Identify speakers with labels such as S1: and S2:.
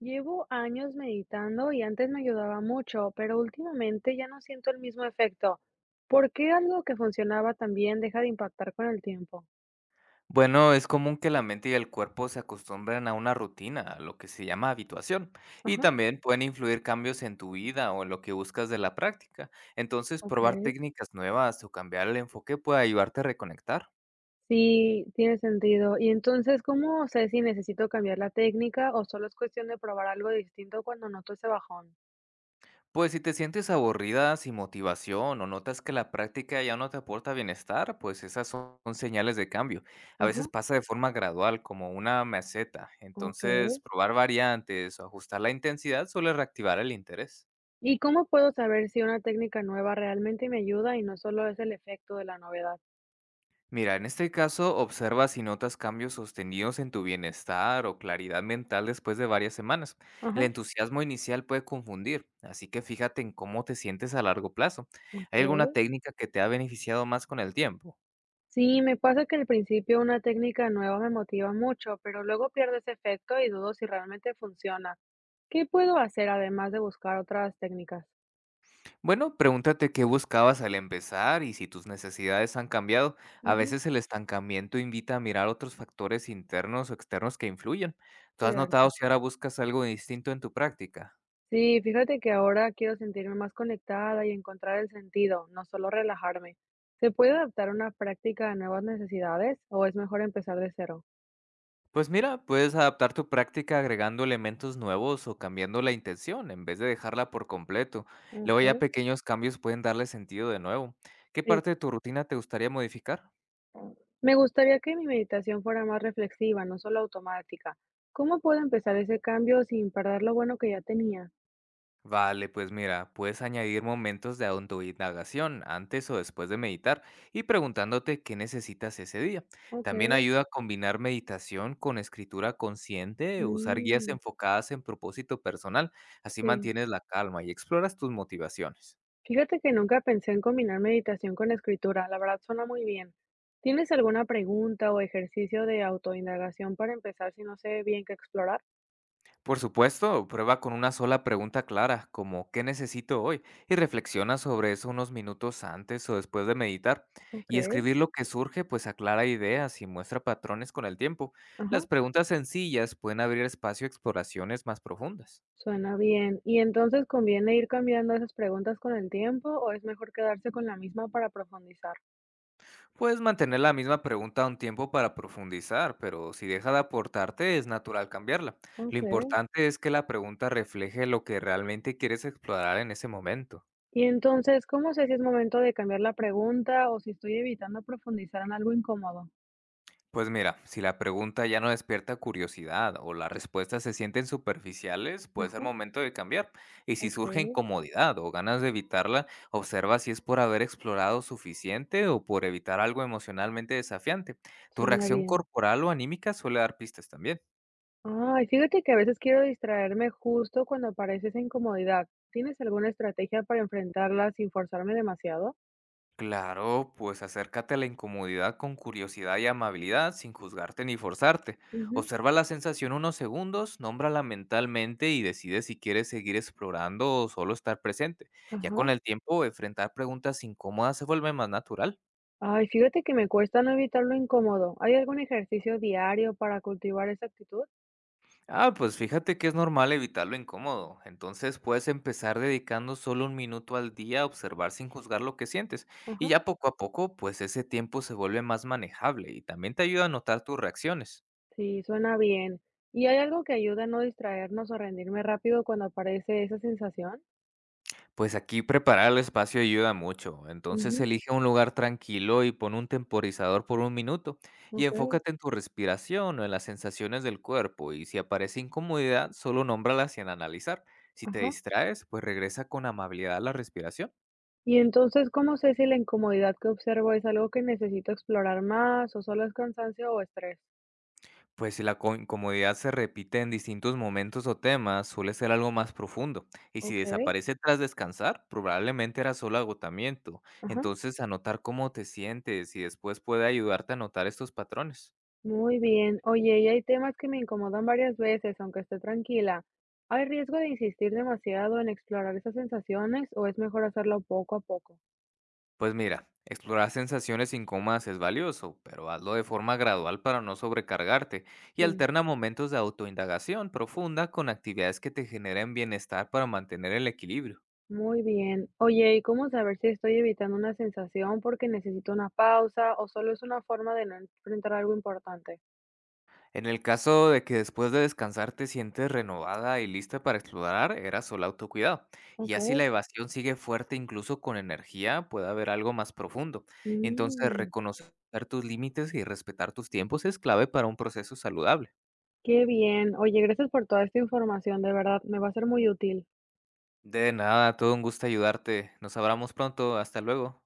S1: Llevo años meditando y antes me ayudaba mucho, pero últimamente ya no siento el mismo efecto. ¿Por qué algo que funcionaba tan bien deja de impactar con el tiempo?
S2: Bueno, es común que la mente y el cuerpo se acostumbren a una rutina, a lo que se llama habituación, y
S1: Ajá,
S2: también pueden influir cambios en tu vida o en lo que buscas de la práctica. Entonces,
S1: ok.
S2: probar técnicas nuevas o cambiar el enfoque puede ayudarte a reconectar.
S1: Sí, tiene sentido. Y entonces, ¿cómo sé si necesito cambiar la técnica o solo es cuestión de probar algo distinto cuando noto ese bajón?
S2: Pues si te sientes aburrida, sin motivación o notas que la práctica ya no te aporta bienestar, pues esas son señales de cambio. A
S1: Ajá,
S2: veces pasa de forma gradual, como una meseta. Entonces,
S1: ok.
S2: probar variantes o ajustar la intensidad suele reactivar el interés.
S1: ¿Y cómo puedo saber si una técnica nueva realmente me ayuda y no solo es el efecto de la novedad?
S2: Mira, en este caso observa si notas cambios sostenidos en tu bienestar o claridad mental después de varias semanas. El
S1: Ajá,
S2: entusiasmo inicial puede confundir, así que fíjate en cómo te sientes a largo plazo.
S1: ok.
S2: ¿Hay alguna técnica que te ha beneficiado más con el tiempo?
S1: Sí, me pasa que al principio una técnica nueva me motiva mucho, pero luego pierde ese efecto y dudo si realmente funciona. ¿Qué puedo hacer además de buscar otras técnicas?
S2: Bueno, pregúntate qué buscabas al empezar y si tus necesidades han cambiado. A
S1: Ujú,
S2: veces el estancamiento invita a mirar otros factores internos o externos que influyen. ¿Tú has notado
S1: cierto.
S2: si ahora buscas algo distinto en tu práctica?
S1: Sí, fíjate que ahora quiero sentirme más conectada y encontrar el sentido, no solo relajarme. ¿Se puede adaptar una práctica a nuevas necesidades o es mejor empezar de cero?
S2: Pues mira, puedes adaptar tu práctica agregando elementos nuevos o cambiando la intención en vez de dejarla por completo. Luego ya
S1: Okay.
S2: pequeños cambios pueden darle sentido de nuevo. ¿Qué
S1: Sí.
S2: parte de tu rutina te gustaría modificar?
S1: Me gustaría que mi meditación fuera más reflexiva, no solo automática. ¿Cómo puedo empezar ese cambio sin perder lo bueno que ya tenía?
S2: Vale, pues mira, puedes añadir momentos de autoindagación antes o después de meditar y preguntándote qué necesitas ese día.
S1: Ok.
S2: También ayuda a combinar meditación con escritura consciente, usar guías
S1: Mm,
S2: enfocadas en propósito personal, así
S1: sí.
S2: mantienes la calma y exploras tus motivaciones.
S1: Fíjate que nunca pensé en combinar meditación con escritura. La verdad suena muy bien. ¿Tienes alguna pregunta o ejercicio de autoindagación para empezar si no sé bien qué explorar?
S2: Por supuesto, prueba con una sola pregunta clara, como ¿qué necesito hoy? Y reflexiona sobre eso unos minutos antes o después de meditar.
S1: Ok,
S2: Y escribir lo que surge, pues aclara ideas y muestra patrones con el tiempo.
S1: ajá,
S2: Las preguntas sencillas pueden abrir espacio a exploraciones más profundas.
S1: suena bien. ¿Y entonces conviene ir cambiando esas preguntas con el tiempo o es mejor quedarse con la misma para profundizar?
S2: Puedes mantener la misma pregunta un tiempo para profundizar, pero si deja de aportarte, es natural cambiarla. Lo
S1: Ok.
S2: importante es que la pregunta refleje lo que realmente quieres explorar en ese momento.
S1: ¿Y entonces cómo sé si es momento de cambiar la pregunta o si estoy evitando profundizar en algo incómodo?
S2: Pues mira, si la pregunta ya no despierta curiosidad o las respuestas se sienten superficiales, puede ser
S1: Ajá,
S2: momento de cambiar. Y si surge
S1: ok,
S2: incomodidad o ganas de evitarla, observa si es por haber explorado suficiente o por evitar algo emocionalmente desafiante. Tu
S1: suena
S2: reacción
S1: bien.
S2: corporal o anímica suele dar pistas también.
S1: Ay, fíjate que a veces quiero distraerme justo cuando aparece esa incomodidad. ¿Tienes alguna estrategia para enfrentarla sin forzarme demasiado?
S2: Claro, pues acércate a la incomodidad con curiosidad y amabilidad sin juzgarte ni forzarte.
S1: Ujú,
S2: Observa la sensación unos segundos, nómbrala mentalmente y decide si quieres seguir explorando o solo estar presente. Ya
S1: ajá.
S2: con el tiempo, enfrentar preguntas incómodas se vuelve más natural.
S1: Ay, fíjate que me cuesta no evitar lo incómodo. ¿Hay algún ejercicio diario para cultivar esa actitud?
S2: Ah, pues fíjate que es normal evitar lo incómodo. Entonces puedes empezar dedicando solo un minuto al día a observar sin juzgar lo que sientes. Y
S1: Ajá.
S2: ya poco a poco, pues ese tiempo se vuelve más manejable y también te ayuda a notar tus reacciones.
S1: Sí, suena bien. ¿Y hay algo que ayuda a no distraernos o rendirme rápido cuando aparece esa sensación?
S2: Pues aquí preparar el espacio ayuda mucho. Entonces
S1: Ujú,
S2: elige un lugar tranquilo y pon un temporizador por un minuto y
S1: ok.
S2: enfócate en tu respiración o en las sensaciones del cuerpo y si aparece incomodidad, solo nómbrala sin analizar. Si te
S1: Ajá.
S2: distraes, pues regresa con amabilidad a la respiración.
S1: Y entonces, ¿cómo sé si la incomodidad que observo es algo que necesito explorar más o solo es cansancio o estrés?
S2: Pues si la incomodidad se repite en distintos momentos o temas, suele ser algo más profundo. Y si
S1: Ok.
S2: desaparece tras descansar, probablemente era solo agotamiento.
S1: Ajá,
S2: Entonces anotar cómo te sientes y después puede ayudarte a notar estos patrones.
S1: muy bien. Oye, y hay temas que me incomodan varias veces, aunque esté tranquila. ¿Hay riesgo de insistir demasiado en explorar esas sensaciones o es mejor hacerlo poco a poco?
S2: Pues mira, explorar sensaciones incómodas es valioso, pero hazlo de forma gradual para no sobrecargarte y
S1: Sí,
S2: alterna momentos de autoindagación profunda con actividades que te generen bienestar para mantener el equilibrio.
S1: muy bien. Oye, ¿y cómo saber si estoy evitando una sensación porque necesito una pausa o solo es una forma de no enfrentar algo importante?
S2: En el caso de que después de descansar te sientes renovada y lista para explorar, era solo autocuidado. Y
S1: Ok,
S2: así la evasión sigue fuerte incluso con energía, puede haber algo más profundo. Entonces,
S1: mm,
S2: reconocer tus límites y respetar tus tiempos es clave para un proceso saludable.
S1: qué bien. Oye, gracias por toda esta información, de verdad, me va a ser muy útil.
S2: De nada, todo un gusto ayudarte. Nos hablamos pronto. Hasta luego.